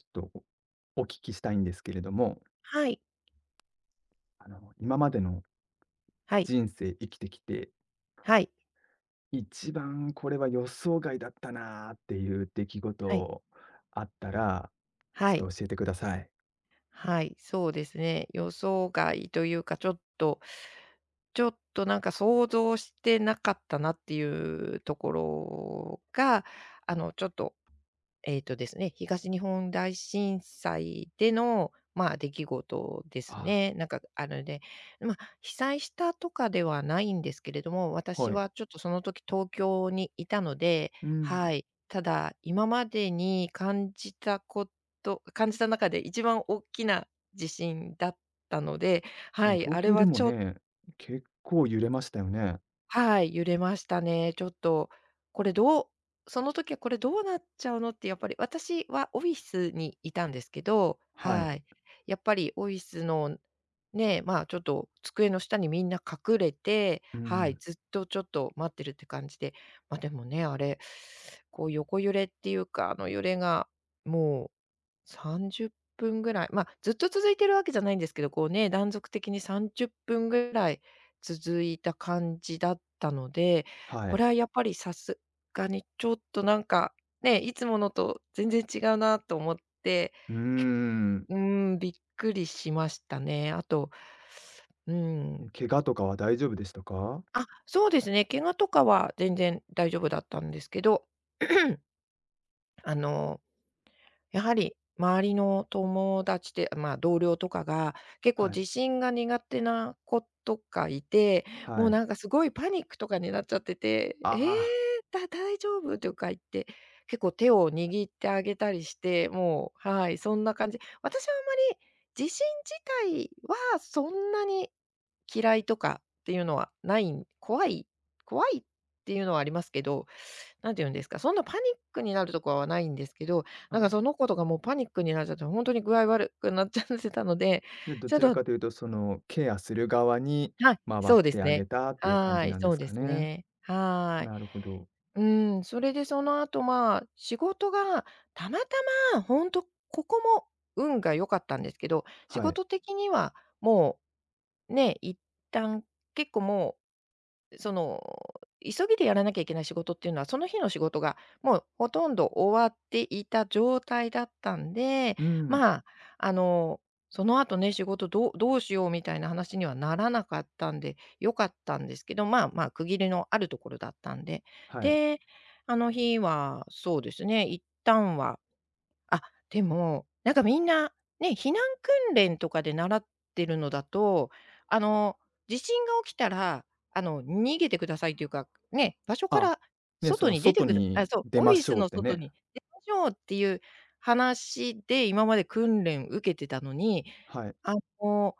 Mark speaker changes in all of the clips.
Speaker 1: ちょっとおお聞きしたいんですけれども、
Speaker 2: はい、
Speaker 1: 今までの
Speaker 2: はい、
Speaker 1: 人生生きてきて、
Speaker 2: はい、
Speaker 1: 一番これは予想外だったなっていう出来
Speaker 2: はい、
Speaker 1: 事あったら、ち
Speaker 2: は
Speaker 1: ょ
Speaker 2: い。
Speaker 1: っと教えてください。
Speaker 2: はい、そうですね。予想外というか、ちょっとなんか想像してなかったなっていうところが、あの、ちょっと、えっとですね、東日本大震災での、まあ、出来事です
Speaker 1: あ、
Speaker 2: ね。なんか、あのね、まあ、被災したとかではないんですけれども、
Speaker 1: は
Speaker 2: 私
Speaker 1: い。
Speaker 2: はちょっとその時東京にいたので、
Speaker 1: うん。
Speaker 2: はい。ただ、今までに感じた中で一番大きな地震だったので、は
Speaker 1: ね、
Speaker 2: い、
Speaker 1: 東
Speaker 2: あれ
Speaker 1: 京で
Speaker 2: は
Speaker 1: も
Speaker 2: ちょ
Speaker 1: ね、結構揺れましたよね。
Speaker 2: はい、揺れましたね。ちょっと、これどうその時はこれどうなっちゃうのって、やっぱり私はオフィスにいたんですけど、
Speaker 1: はい。
Speaker 2: はい。やっぱりオフィスのね、まあ、ちょっと机の下にみんな隠れて、
Speaker 1: う
Speaker 2: はい、
Speaker 1: ん。
Speaker 2: ずっとちょっと待ってるって感じで、ま、でもね、あれ、こう横揺れっていうか、あの揺れがもう30分ぐらい、まあ、ずっと続いてるわけじゃないんですけど、こうね、断続的に30分ぐらい続いた感じだったので、
Speaker 1: は
Speaker 2: こ
Speaker 1: い。
Speaker 2: れはやっぱりさすがにちょっとなんか、ね、いつものと全然違うなと思って、
Speaker 1: うーん。
Speaker 2: うーん、びっくりしましたね。あと、うん、
Speaker 1: 怪我とかは大丈夫でしたか。
Speaker 2: あ、そうですね、怪我とかは全然大丈夫だったんですけど、あの、やはり周りの友達で、まあ、同僚とかが、結
Speaker 1: は
Speaker 2: 構
Speaker 1: い。
Speaker 2: 地震が苦手な子とかいて、
Speaker 1: は
Speaker 2: もう
Speaker 1: い。
Speaker 2: なんかすごいパニックとかになっちゃってて、
Speaker 1: あ
Speaker 2: 「えー
Speaker 1: ー、
Speaker 2: だ大丈夫？」とか言って、結構手を握ってあげたりして、もうはい、そんな感じ。私はあまり地震自体はそんなに嫌いとかっていうのはないん怖いっていうのはありますけど、なんて言うんですか、そんなパニックになるとかはないんですけど、なんかそ
Speaker 1: あ
Speaker 2: の子とかもうパニックになっちゃって、本当に具合悪くなっちゃってたので、
Speaker 1: で、ど
Speaker 2: ちょっ
Speaker 1: ちら
Speaker 2: と
Speaker 1: かというと、その、ケアする側に
Speaker 2: はい、
Speaker 1: 回っ
Speaker 2: そうです
Speaker 1: てあ
Speaker 2: ね。
Speaker 1: げたっていう感
Speaker 2: は
Speaker 1: じ
Speaker 2: ーい、
Speaker 1: なんで
Speaker 2: そう
Speaker 1: す
Speaker 2: で
Speaker 1: か
Speaker 2: す
Speaker 1: ね。
Speaker 2: ね。はーい。
Speaker 1: なるほど。
Speaker 2: うん、それでその後、まあ、仕事がたまたま本当ここも運が良かったんですけど、仕
Speaker 1: はい。
Speaker 2: 事的にはもう、ね、一旦結構もうその、急ぎでやらなきゃいけない仕事っていうのは、その日の仕事がもうほとんど終わっていた状態だったんで、
Speaker 1: うん、
Speaker 2: まあ、あの、その後ね、仕事どうしようみたいな話にはならなかったんで、良かったんですけど、まあまあ、区切りのあるところだったんで。
Speaker 1: はい。
Speaker 2: で、あの日はそうですね、一旦はあ、でも、なんかみんな、ね、避難訓練とかで習ってるのだと、あの、地震が起きたら、あの、逃げてくださいというか、ね、場所か
Speaker 1: あ、
Speaker 2: ら
Speaker 1: ね、そ
Speaker 2: 外
Speaker 1: の
Speaker 2: に出
Speaker 1: 外
Speaker 2: てくるあ、
Speaker 1: に
Speaker 2: そう、
Speaker 1: 出
Speaker 2: オフ
Speaker 1: ま
Speaker 2: ィ
Speaker 1: し
Speaker 2: ス
Speaker 1: ょうっ
Speaker 2: の
Speaker 1: て
Speaker 2: 外
Speaker 1: ね。
Speaker 2: に出ましょうっていう話で、今まで訓練受けてたのに、
Speaker 1: はい。
Speaker 2: あの、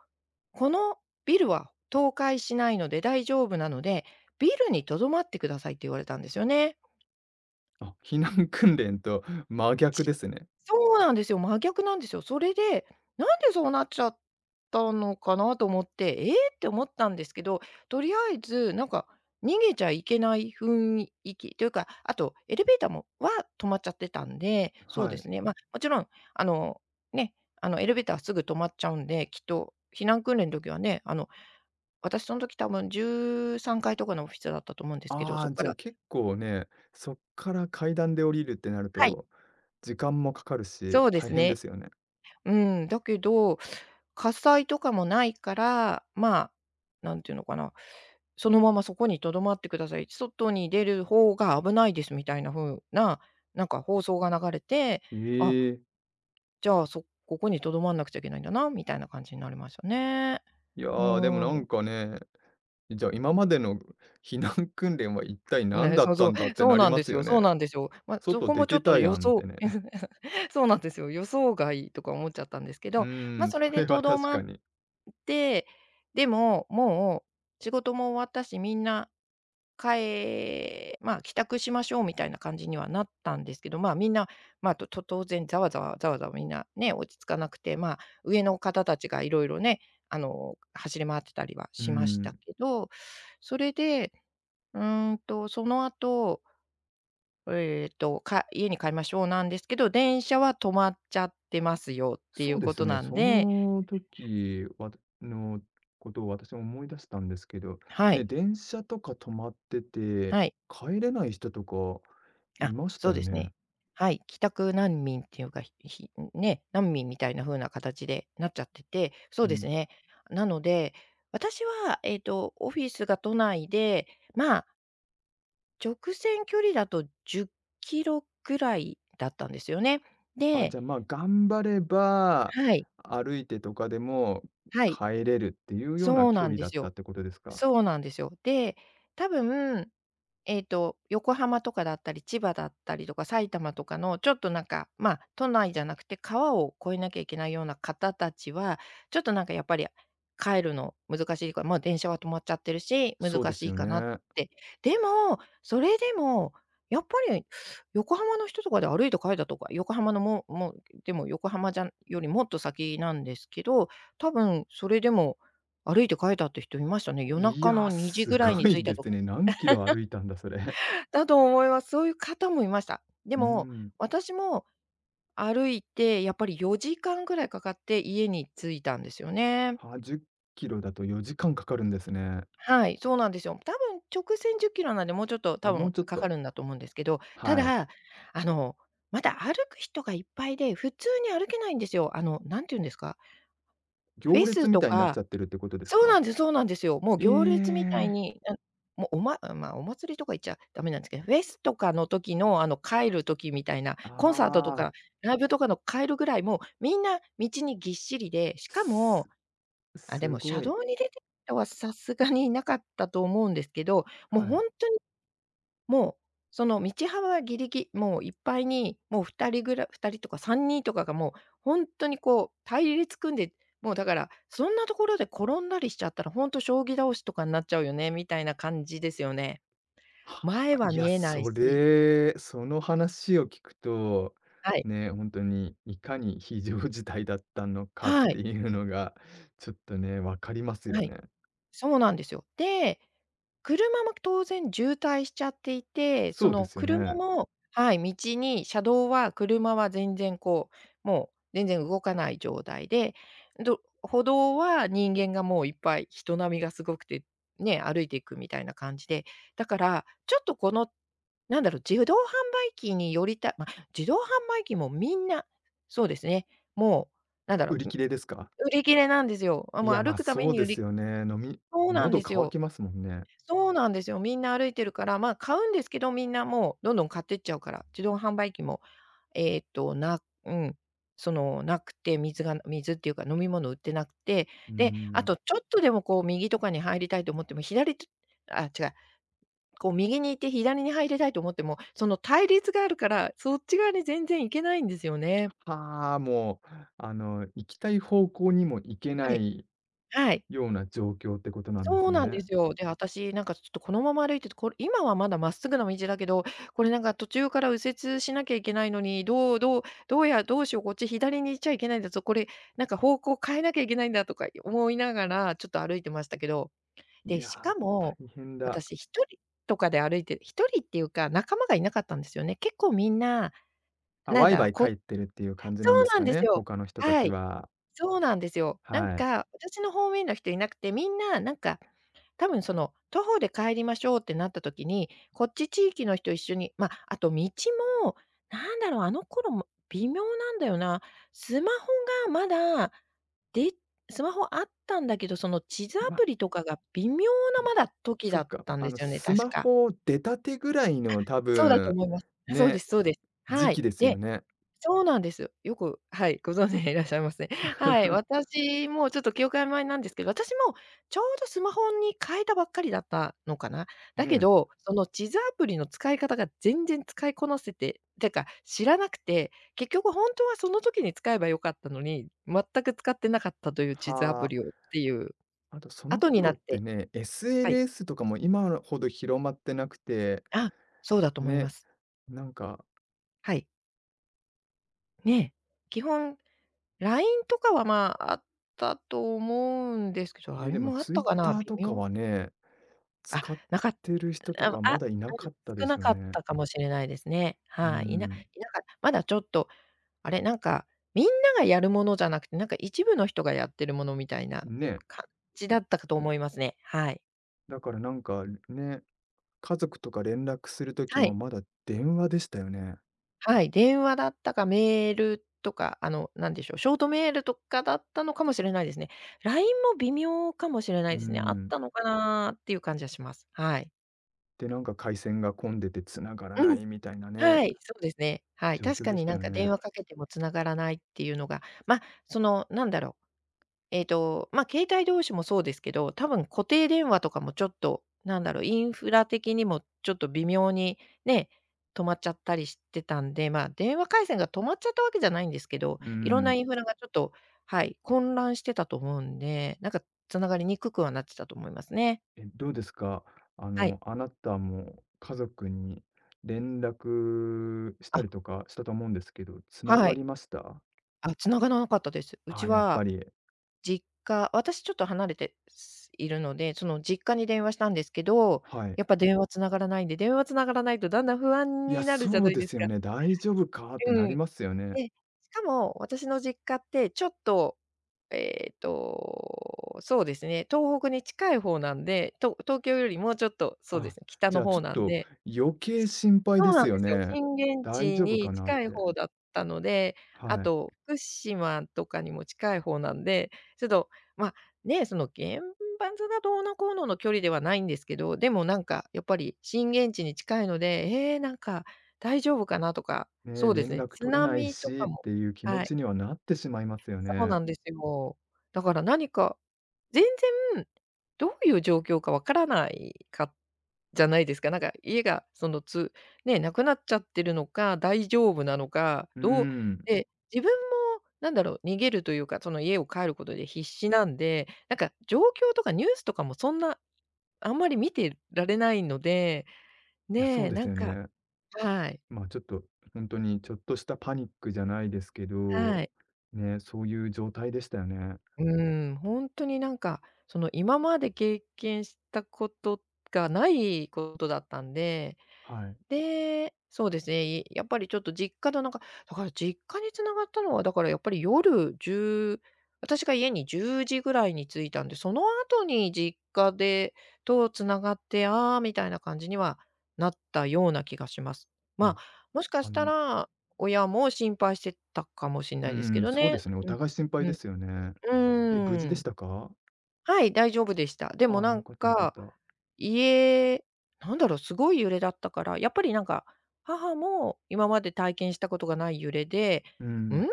Speaker 2: このビルは倒壊しないので大丈夫なので、ビルに留まってくださいって言われたんですよね。
Speaker 1: あ、避難訓練と 真逆
Speaker 2: ち
Speaker 1: ですね。
Speaker 2: そうなんですよ、真逆なんですよ。それで、なんでそうなっちゃったのかなと思って、ええって思ったんですけど、とりあえずなんか逃げちゃいけない雰囲気というか、あとエレベーターも止まっちゃってたんで、そう
Speaker 1: は
Speaker 2: で
Speaker 1: い。
Speaker 2: すね、まあ、もちろんあの、ね、あのエレベーターすぐ止まっちゃうんで、きっと避難訓練の時はね、あの私その時多分13階とかのオフィスだったと思うんですけど、
Speaker 1: あ
Speaker 2: そ
Speaker 1: あ、
Speaker 2: こか
Speaker 1: じゃあ
Speaker 2: ら、
Speaker 1: 結構ね、そっから階段で降りるってなる
Speaker 2: はい、
Speaker 1: と、時間もかかるし、
Speaker 2: そうで
Speaker 1: 大
Speaker 2: す
Speaker 1: 変で
Speaker 2: ね。
Speaker 1: すよね。
Speaker 2: うん、だけど、火災とかもないから、まあ、なんていうのかな、そのままそこに留まってください。外に出る方が危ないですみたいな風な、なんか放送が流れて、
Speaker 1: え
Speaker 2: あ、
Speaker 1: え。
Speaker 2: じゃあ、ここに留まんなくちゃいけないんだなみたいな感じになりましたね。
Speaker 1: いや
Speaker 2: う
Speaker 1: ー、でもな
Speaker 2: ーん。
Speaker 1: んかね、じゃあ、今までの避難訓練は一体何
Speaker 2: ね、
Speaker 1: だ
Speaker 2: そ
Speaker 1: っ
Speaker 2: う
Speaker 1: た
Speaker 2: そう、
Speaker 1: んだって
Speaker 2: そう
Speaker 1: なり
Speaker 2: なん
Speaker 1: ま
Speaker 2: で
Speaker 1: す
Speaker 2: す
Speaker 1: よ
Speaker 2: よ、そ
Speaker 1: ね。
Speaker 2: うなんですよ。ま、そ
Speaker 1: 外
Speaker 2: こ
Speaker 1: 出
Speaker 2: もちょ
Speaker 1: て
Speaker 2: っと
Speaker 1: たやんってね。
Speaker 2: そうなんですよ、予想外とか思っちゃったんですけ
Speaker 1: う
Speaker 2: ど、
Speaker 1: ー
Speaker 2: ま、
Speaker 1: ん、
Speaker 2: そ
Speaker 1: そ
Speaker 2: れで
Speaker 1: れは
Speaker 2: 留
Speaker 1: 確
Speaker 2: まっ
Speaker 1: かに。
Speaker 2: て、でも、もう仕事も終わったし、みんなまあ、帰宅しましょうみたいな感じにはなったんですけど、まあ、みんな、ま、当然ざわざわざわざわ、みんなね、落ち着かなくて、まあ、上の方たちがいろいろね、あの、走り回ってたりは
Speaker 1: うー
Speaker 2: しました
Speaker 1: ん、
Speaker 2: けど、それで、うーんと、その後、えっと、家に帰りましょうなんですけど、電車は止まっちゃってますよってい
Speaker 1: そう
Speaker 2: う
Speaker 1: で
Speaker 2: こ
Speaker 1: す
Speaker 2: と
Speaker 1: ね、
Speaker 2: なん
Speaker 1: そ
Speaker 2: で。
Speaker 1: の時わのことを私も思い出したんですけど、
Speaker 2: は
Speaker 1: ね、
Speaker 2: い、
Speaker 1: 電車とか止まってて、
Speaker 2: はい。
Speaker 1: 帰れない人とかい
Speaker 2: あ、
Speaker 1: まし
Speaker 2: そ
Speaker 1: た
Speaker 2: う
Speaker 1: よ
Speaker 2: です
Speaker 1: ね。
Speaker 2: ね。はい、帰宅難民っていうか、ね、難民みたいな風な形でなっちゃってて、そ
Speaker 1: う
Speaker 2: うです
Speaker 1: ん。
Speaker 2: ね。なので、私はえっと、オフィスが都内で、まあ、直線距離だと10キロぐらいだったんですよね。
Speaker 1: あ、
Speaker 2: で
Speaker 1: じゃあ、まあ、頑張れば、
Speaker 2: はい、
Speaker 1: 歩いてとかでも
Speaker 2: はい、
Speaker 1: 帰れるっていうような
Speaker 2: そう
Speaker 1: 距
Speaker 2: なん
Speaker 1: 離
Speaker 2: で
Speaker 1: だっ
Speaker 2: す
Speaker 1: たっ
Speaker 2: よ。
Speaker 1: てことですか？
Speaker 2: そうなんですよ。で、多分、えっと、横浜とかだったり、千葉だったりとか、埼玉とかのちょっとなんか、まあ、都内じゃなくて川を越えなきゃいけないような方たちは、ちょっとなんかやっぱり帰るの難しいから、まあ、電車は止まっちゃってるし、難
Speaker 1: そうです
Speaker 2: しい
Speaker 1: よ
Speaker 2: かなっ
Speaker 1: ね。
Speaker 2: て。でも、それでも、やっぱり横浜の人とかで歩いて帰ったとか、横浜のももう、でも横浜じゃんよりもっと先なんですけど、多分それでも歩いて帰ったって人いましたね。夜
Speaker 1: い
Speaker 2: 中
Speaker 1: や、
Speaker 2: の2時
Speaker 1: す
Speaker 2: ぐらい
Speaker 1: ご
Speaker 2: に着
Speaker 1: い
Speaker 2: いた
Speaker 1: で
Speaker 2: と
Speaker 1: す
Speaker 2: か。
Speaker 1: ね。何キロ歩いたんだ、それ。
Speaker 2: だと思います。そういう方もいました。で
Speaker 1: う
Speaker 2: も、
Speaker 1: ん。
Speaker 2: 私も歩いてやっぱり4時間ぐらいかかって家に着いたんですよね。
Speaker 1: はあ、10キロだと4時間かかるんですね。
Speaker 2: はい、そうなんですよ。多分直線10キロなんで、もうちょっと
Speaker 1: あ、
Speaker 2: 多
Speaker 1: もう
Speaker 2: 分
Speaker 1: ちょっ
Speaker 2: かか
Speaker 1: と、
Speaker 2: るんだと思うんですけど、た
Speaker 1: はい。
Speaker 2: だ、あの、まだ歩く人がいっぱいで、普通に歩けないんですよ。あの、なんて言うんですか、フ
Speaker 1: 行
Speaker 2: ェ
Speaker 1: 列
Speaker 2: ス
Speaker 1: み
Speaker 2: と
Speaker 1: たいになっち
Speaker 2: か
Speaker 1: ゃってるってことです
Speaker 2: そうな
Speaker 1: か？
Speaker 2: んです、そうなんですよ。もう
Speaker 1: え
Speaker 2: 行列みたい
Speaker 1: え。
Speaker 2: に、もうまあ、お祭りとか言っちゃダメなんですけど、フェスとかの時の、あの、帰る時みたいな、コンサートと
Speaker 1: ああ、
Speaker 2: かライブとかの帰るぐらい、もうみんな道にぎっしりで、しかも、
Speaker 1: す、
Speaker 2: あ、で
Speaker 1: す
Speaker 2: も
Speaker 1: ご
Speaker 2: 車
Speaker 1: い。
Speaker 2: 道に出てる人はさすがにいなかったと思うんですけど、もう
Speaker 1: は
Speaker 2: ほ
Speaker 1: い。
Speaker 2: んと、もう、その道幅ギリギリもういっぱいに、もう2人ぐらい、2人とか3人とかがもう本当にこう隊列組んで、もうだからそんなところで転んだりしちゃったら本当将棋倒しとかになっちゃうよねみたいな感じですよね。
Speaker 1: は、
Speaker 2: 前
Speaker 1: あ、
Speaker 2: は
Speaker 1: い
Speaker 2: 見
Speaker 1: や、
Speaker 2: えない
Speaker 1: そ
Speaker 2: し、
Speaker 1: れ、その話を聞くと、
Speaker 2: はい。
Speaker 1: ね、本当にいかに非常事態だったのかっ
Speaker 2: は
Speaker 1: て
Speaker 2: い、
Speaker 1: いうのが、ちょっとね、分かりますよ
Speaker 2: はい。
Speaker 1: ね。
Speaker 2: そうなんですよ。で、車も当然渋滞しちゃっていて、
Speaker 1: そ
Speaker 2: そ
Speaker 1: うで
Speaker 2: の
Speaker 1: すよ
Speaker 2: 車
Speaker 1: ね。
Speaker 2: もはい、車道は車は全然こう、もう全然動かない状態で、歩道は人間がもういっぱい、人波がすごくて、ね、歩いていくみたいな感じで、だからちょっとこの、なんだろう、自動販売機もみんな、そうですね、もうなんだろ
Speaker 1: 売り
Speaker 2: う、
Speaker 1: 切れですか？
Speaker 2: 売り切れなんですよ。あ、
Speaker 1: い
Speaker 2: も
Speaker 1: や、
Speaker 2: う
Speaker 1: ま、
Speaker 2: 歩
Speaker 1: あ
Speaker 2: くため
Speaker 1: そう
Speaker 2: に
Speaker 1: ですよね。飲み、
Speaker 2: そうなん
Speaker 1: 喉
Speaker 2: です
Speaker 1: 渇
Speaker 2: よ。
Speaker 1: きますもんね。
Speaker 2: そうなんですよ。みんな歩いてるから、まあ、買うんですけど、みんなもうどんどん買ってっちゃうから、自動販売機も、えっと、なうん、その、なくて、水っていうか飲み物売ってなくて、
Speaker 1: うー
Speaker 2: で、あ
Speaker 1: ん。
Speaker 2: とちょっとでもこう右とかに入りたいと思っても、左とあ、違う、こう右に行って左に入りたいと思っても、その対立があるから、そっち側に全然行けないんですよね。
Speaker 1: はあ、もう、行きたい方向にも行け
Speaker 2: は
Speaker 1: な
Speaker 2: い、
Speaker 1: い
Speaker 2: はい。
Speaker 1: ような状況ってことなんです
Speaker 2: そうなんで
Speaker 1: ね。
Speaker 2: すよ。で、私なんかちょっとこのまま歩いてて、これ今はまだまっすぐな道だけど、これなんか途中から右折しなきゃいけないのに、どうしよう、こっち左に行っちゃいけないんだぞ、これなんか方向変えなきゃいけないんだとか思いながら、ちょっと歩いてましたけど、
Speaker 1: い
Speaker 2: で、
Speaker 1: や
Speaker 2: し
Speaker 1: ー、
Speaker 2: かも、
Speaker 1: 大変だ。
Speaker 2: 私一人とかで歩いて一人っていうか、仲間がいなかったんですよね。結構みんな、
Speaker 1: あ、
Speaker 2: なん
Speaker 1: ワイ
Speaker 2: だろ
Speaker 1: ワ
Speaker 2: う、
Speaker 1: イ帰
Speaker 2: こ
Speaker 1: ってるっていう感じ
Speaker 2: そ
Speaker 1: なんで
Speaker 2: う
Speaker 1: す
Speaker 2: なん
Speaker 1: か
Speaker 2: です
Speaker 1: ね、
Speaker 2: よ。
Speaker 1: 他の人た
Speaker 2: は
Speaker 1: ち
Speaker 2: い。
Speaker 1: は。
Speaker 2: そうなんですよ。なん
Speaker 1: はい。
Speaker 2: か、私の方面の人いなくて、みんななんか、多分その、徒歩で帰りましょうってなった時に、こっち地域の人一緒にま、あと道も、あの頃も微妙なんだよな。スマホがまだ、でスマホあったんだけど、その地図ア
Speaker 1: ま、
Speaker 2: プリとかが微妙なまだ時
Speaker 1: そ
Speaker 2: だ
Speaker 1: っ
Speaker 2: っ
Speaker 1: か、
Speaker 2: たんですよね、
Speaker 1: ス
Speaker 2: 確
Speaker 1: マ
Speaker 2: か。
Speaker 1: ホを出たてぐらいの多
Speaker 2: そうだと
Speaker 1: 分、
Speaker 2: 思います。そうで
Speaker 1: ね、
Speaker 2: すそうです。
Speaker 1: 時
Speaker 2: は
Speaker 1: 期
Speaker 2: い。
Speaker 1: ですよ
Speaker 2: で、
Speaker 1: ね。
Speaker 2: そうなんです。よく、はい、ご存知でいらっしゃいますね。はい、私もちょっと記憶曖昧なんですけど、私もちょうどスマホに変えたばっかりだったのかな。だけ
Speaker 1: ね。
Speaker 2: ど、その地図アプリの使い方が全然使いこなせててか、知らなくて、結局本当はその時に使えばよかったのに、全く使ってなかったという地図ア
Speaker 1: は
Speaker 2: プリをっ
Speaker 1: あ。
Speaker 2: ていう、
Speaker 1: あとその
Speaker 2: 後にな
Speaker 1: 頃
Speaker 2: っ
Speaker 1: って
Speaker 2: て、
Speaker 1: ね、
Speaker 2: はい。
Speaker 1: SNS とかも今ほど広まってなくて、
Speaker 2: あ、そうだと思い
Speaker 1: ね、
Speaker 2: ます。
Speaker 1: なんか、
Speaker 2: はい。ねえ。基本 LINE とかは、まあ、あったと思うんですけど、
Speaker 1: ね、で
Speaker 2: LINE
Speaker 1: も
Speaker 2: もあっ
Speaker 1: ツイ
Speaker 2: た
Speaker 1: ッ
Speaker 2: かな、
Speaker 1: ター
Speaker 2: 微
Speaker 1: とか
Speaker 2: 妙、
Speaker 1: はね、
Speaker 2: あ、
Speaker 1: 使っ
Speaker 2: なかっ
Speaker 1: てる人と
Speaker 2: あ
Speaker 1: か
Speaker 2: あ、
Speaker 1: まだいな
Speaker 2: うん、
Speaker 1: かった
Speaker 2: 少
Speaker 1: です
Speaker 2: な
Speaker 1: よ
Speaker 2: かっ
Speaker 1: ね。
Speaker 2: たかもしれないですね。
Speaker 1: うー
Speaker 2: はい、
Speaker 1: ん。
Speaker 2: なかまだちょっと、あれ、なんか、みんながやるものじゃなくて、なんか一部の人がやってるものみたいな
Speaker 1: ね、
Speaker 2: 感じだったかと思いますね。はい。
Speaker 1: だからなんかね、家族とか連絡する時
Speaker 2: は
Speaker 1: も
Speaker 2: い。
Speaker 1: まだ電話でしたよね。
Speaker 2: はい、電話だったかメールとか、なんでしょう、ショートメールとかだったのかもしれないですね。LINE も微妙かもしれな
Speaker 1: うー
Speaker 2: いですね。あっ
Speaker 1: ん。
Speaker 2: たのかなっていう感じはします。はい。
Speaker 1: で、なんか回線が混んでて繋がら
Speaker 2: う
Speaker 1: な
Speaker 2: ん。
Speaker 1: いみたいなね、
Speaker 2: はい、そうですね。はい。
Speaker 1: 状
Speaker 2: 確
Speaker 1: 況
Speaker 2: か
Speaker 1: でし
Speaker 2: に
Speaker 1: た
Speaker 2: なん
Speaker 1: よ
Speaker 2: か
Speaker 1: ね。
Speaker 2: 電話かけても繋がらないっていうのが、ま、その、まあ、携帯同士もそうですけど、多分固定電話とかもちょっと、インフラ的にもちょっと微妙にね、止まっちゃったりしてたんで、まあ、電話回線が止まっちゃったわけじゃないんですけど、
Speaker 1: うー
Speaker 2: いろんな
Speaker 1: ん。
Speaker 2: インフラがちょっと、はい、混乱してたと思うんで、なんか繋がりにくくはなってたと思いますね。
Speaker 1: え、どうですか？
Speaker 2: はい。
Speaker 1: あなたも家族に連絡し
Speaker 2: あ、
Speaker 1: たりとかしたと思うんですけど、つな
Speaker 2: は
Speaker 1: が
Speaker 2: い。
Speaker 1: りました？
Speaker 2: あ、繋がらなかったです。う
Speaker 1: ああ、
Speaker 2: ち
Speaker 1: やっぱ
Speaker 2: は
Speaker 1: り、
Speaker 2: 実家私ちょっと離れて、すいるので、その実家に電話したんですけど、
Speaker 1: はい。
Speaker 2: やっぱ電話繋がらないんで、電話繋がらないとだんだん不安
Speaker 1: いや、
Speaker 2: になるじゃ
Speaker 1: そ
Speaker 2: な
Speaker 1: う
Speaker 2: い
Speaker 1: で
Speaker 2: です
Speaker 1: すよ
Speaker 2: か。
Speaker 1: ね。大丈夫かってな
Speaker 2: う
Speaker 1: り
Speaker 2: ん。
Speaker 1: ますよね。
Speaker 2: で、しかも私の実家ってちょっと、そうですね、東北に近い方なんで、東京よりもうちょっと、そうで
Speaker 1: あ、
Speaker 2: すね、北
Speaker 1: じ
Speaker 2: の
Speaker 1: ゃあちょ
Speaker 2: 方
Speaker 1: っ
Speaker 2: なん
Speaker 1: と
Speaker 2: で、
Speaker 1: 余計心配
Speaker 2: そ
Speaker 1: で
Speaker 2: うな
Speaker 1: す
Speaker 2: ん
Speaker 1: よ
Speaker 2: ですよ。
Speaker 1: ね。
Speaker 2: 震源
Speaker 1: 大
Speaker 2: 地
Speaker 1: 丈夫か
Speaker 2: に
Speaker 1: なっ
Speaker 2: 近い
Speaker 1: て。
Speaker 2: 方だったので、あ
Speaker 1: はい。
Speaker 2: と福島とかにも近い方なんで、ちょっと、ま、ね、その原発がどうのこうのの距離ではないんですけど、でもなんかやっぱり震源地に近いので、ええ、なんか大丈夫かなとか、
Speaker 1: ね、
Speaker 2: そうです
Speaker 1: 連
Speaker 2: ね、
Speaker 1: 絡
Speaker 2: 津
Speaker 1: 取れない
Speaker 2: 波と
Speaker 1: しっ
Speaker 2: かも、
Speaker 1: ていう気持
Speaker 2: はい。
Speaker 1: ちにはなってしまいますよ
Speaker 2: そう
Speaker 1: ね。
Speaker 2: なんですよ。だから何か、全然どういう状況かわからないかじゃないですか。なんか家がそのね、なくなっちゃってるのか、大丈夫なのか、
Speaker 1: う
Speaker 2: どう
Speaker 1: ん。
Speaker 2: で、自分も逃げるというか、その家を帰ることで必死なんで、なんか状況とかニュースとかもそんな、あんまり見てられないので、
Speaker 1: いや、そう
Speaker 2: ね、
Speaker 1: で
Speaker 2: な
Speaker 1: す
Speaker 2: ん
Speaker 1: よ
Speaker 2: か、
Speaker 1: ね。
Speaker 2: はい、
Speaker 1: まあ、ちょっと、本当にちょっとしたパニックじゃないですけ
Speaker 2: は
Speaker 1: ど、
Speaker 2: い。
Speaker 1: ね、そういう状態でしたよね。
Speaker 2: うん、ほんとになんか、その、今まで経験したことがないことだったんで、
Speaker 1: はい。
Speaker 2: で、そうですね、やっぱりちょっと実家のなんか、だから実家に繋がったのは、だからやっぱり夜1私が家に10時ぐらいに着いたんで、その後に実家と繋がって、ああ、みたいな感じにはなったような気がします。まあ、
Speaker 1: あ、
Speaker 2: もしか
Speaker 1: あ
Speaker 2: した
Speaker 1: の、
Speaker 2: ら、親も心配してたかもしんな
Speaker 1: う
Speaker 2: いですけ
Speaker 1: ん、
Speaker 2: ど
Speaker 1: そうで
Speaker 2: ね。
Speaker 1: すね、お
Speaker 2: うん。
Speaker 1: 互い心配
Speaker 2: う
Speaker 1: で
Speaker 2: ん。
Speaker 1: すよね。
Speaker 2: う
Speaker 1: え、無事
Speaker 2: ー
Speaker 1: でし
Speaker 2: ん。
Speaker 1: たか？
Speaker 2: はい、大丈夫でした。でも
Speaker 1: ああ、
Speaker 2: な
Speaker 1: 良
Speaker 2: ん
Speaker 1: かった良かっ
Speaker 2: か、
Speaker 1: た。
Speaker 2: 家、すごい揺れだったから、やっぱりなんか、母も今まで体験したことがない揺れで、
Speaker 1: うん。
Speaker 2: 「ん？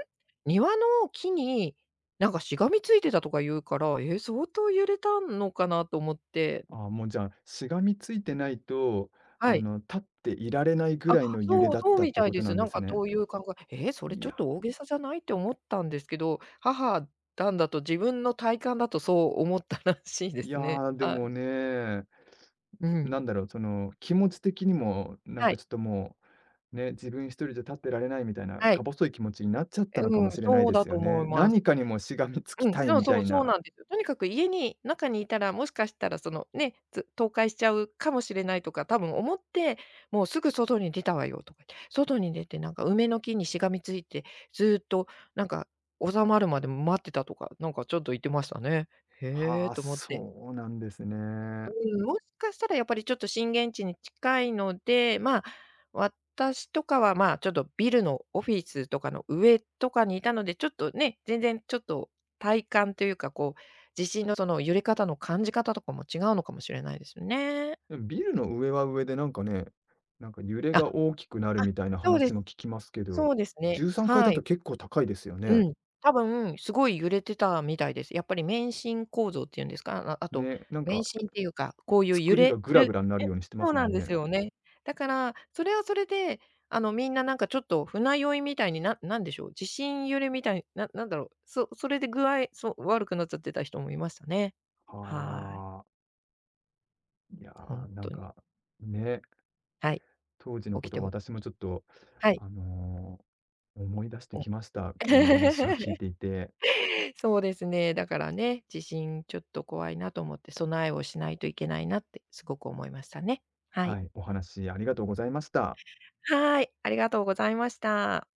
Speaker 2: 庭の木になんかしがみついてた」とか言うから、え、相当揺れたのかなと思って、
Speaker 1: ああ、もうじゃあ、しがみついてないと、
Speaker 2: はい。
Speaker 1: 立っていられないぐ
Speaker 2: あ、
Speaker 1: らいの揺れ
Speaker 2: そう、
Speaker 1: だっ
Speaker 2: そう
Speaker 1: たっ
Speaker 2: み
Speaker 1: て
Speaker 2: たい
Speaker 1: こと
Speaker 2: で
Speaker 1: な
Speaker 2: す。
Speaker 1: ん
Speaker 2: な
Speaker 1: で
Speaker 2: ん
Speaker 1: す
Speaker 2: か
Speaker 1: ね。
Speaker 2: どういう感覚「え、それ
Speaker 1: い
Speaker 2: ちょっ
Speaker 1: や、
Speaker 2: と大げさじゃない？」って思ったんですけど、母なんだと自分の体感だとそう思ったらしいで
Speaker 1: い
Speaker 2: す
Speaker 1: や
Speaker 2: ね。
Speaker 1: ー、で
Speaker 2: は
Speaker 1: も
Speaker 2: い。
Speaker 1: ね、
Speaker 2: うん。
Speaker 1: なんだろう、その、気持ち的にも、なん
Speaker 2: は
Speaker 1: か
Speaker 2: い、
Speaker 1: ちょっともうね、自分一人じゃ立ってられないみたいな、
Speaker 2: は
Speaker 1: か
Speaker 2: い。
Speaker 1: 細い気持ちになっちゃったのか
Speaker 2: う
Speaker 1: も
Speaker 2: ん、
Speaker 1: しれない
Speaker 2: そう
Speaker 1: で
Speaker 2: だ
Speaker 1: す
Speaker 2: と
Speaker 1: よ
Speaker 2: 思
Speaker 1: ね。
Speaker 2: います。
Speaker 1: 何かにもしがみつき
Speaker 2: うん、
Speaker 1: たい
Speaker 2: そう
Speaker 1: みた
Speaker 2: そう、
Speaker 1: い
Speaker 2: そう
Speaker 1: な。
Speaker 2: なんですよ。とにかく家に中にいたら、もしかしたらそのね、倒壊しちゃうかもしれないとか、多分思って、もうすぐ外に出たわよとか言って、外に出てなんか梅の木にしがみついて、ずっとなんか収まるまで待ってたとか、なんかちょっと言ってましたね。へ
Speaker 1: は
Speaker 2: え
Speaker 1: あ、
Speaker 2: と思って。
Speaker 1: そうなんです
Speaker 2: う
Speaker 1: ね。
Speaker 2: ん、もしかしたらやっぱりちょっと震源地に近いので、まあ、私とかは、まあ、ちょっとビルのオフィスとかの上とかにいたので、ちょっとね、全然ちょっと体感というか、こう、地震のその揺れ方の感じ方とかも違うのかもしれないですよね。
Speaker 1: でもビルの上は上でなんかね、なんか揺れ
Speaker 2: あ、あ、
Speaker 1: が大きくなるみたいな
Speaker 2: そうで
Speaker 1: 話
Speaker 2: す。
Speaker 1: も聞きますけ
Speaker 2: そ
Speaker 1: ど、
Speaker 2: うですね。
Speaker 1: 13階
Speaker 2: は
Speaker 1: だと
Speaker 2: い。
Speaker 1: 結構高いですよね。
Speaker 2: うん、多分すごい揺れてたみたいです。やっぱり免震構造っていうんですか、ああと、
Speaker 1: ね、なんか
Speaker 2: 免震っていうか、こういう
Speaker 1: 作
Speaker 2: 揺
Speaker 1: りが
Speaker 2: れ
Speaker 1: グラグ
Speaker 2: る
Speaker 1: ラになる
Speaker 2: え
Speaker 1: ようにしてま
Speaker 2: そう
Speaker 1: す
Speaker 2: な
Speaker 1: も
Speaker 2: ん
Speaker 1: ん
Speaker 2: で
Speaker 1: ね。
Speaker 2: すよね。だから、それはそれで、みんななんかちょっと船酔いみたいに、なんでしょう、地震揺れみたい、それで具合、そう、悪くなっちゃってた人もいましたね。はい、
Speaker 1: はあ、いや
Speaker 2: ほん
Speaker 1: ー、なん
Speaker 2: とに。
Speaker 1: か、ね、
Speaker 2: はい、
Speaker 1: 当時の
Speaker 2: 起
Speaker 1: こ
Speaker 2: き
Speaker 1: と
Speaker 2: て
Speaker 1: を
Speaker 2: ほ
Speaker 1: 私もちょっと、
Speaker 2: はい、
Speaker 1: あの、思い出して
Speaker 2: うん。
Speaker 1: きました。今日の話を聞い ていて。
Speaker 2: そうですね。だからね、地震ちょっと怖いなと思って備えをしないといけないなってすごく思いましたね。は
Speaker 1: は
Speaker 2: い。
Speaker 1: い、お話ありがとうございました。
Speaker 2: はい、ありがとうございました。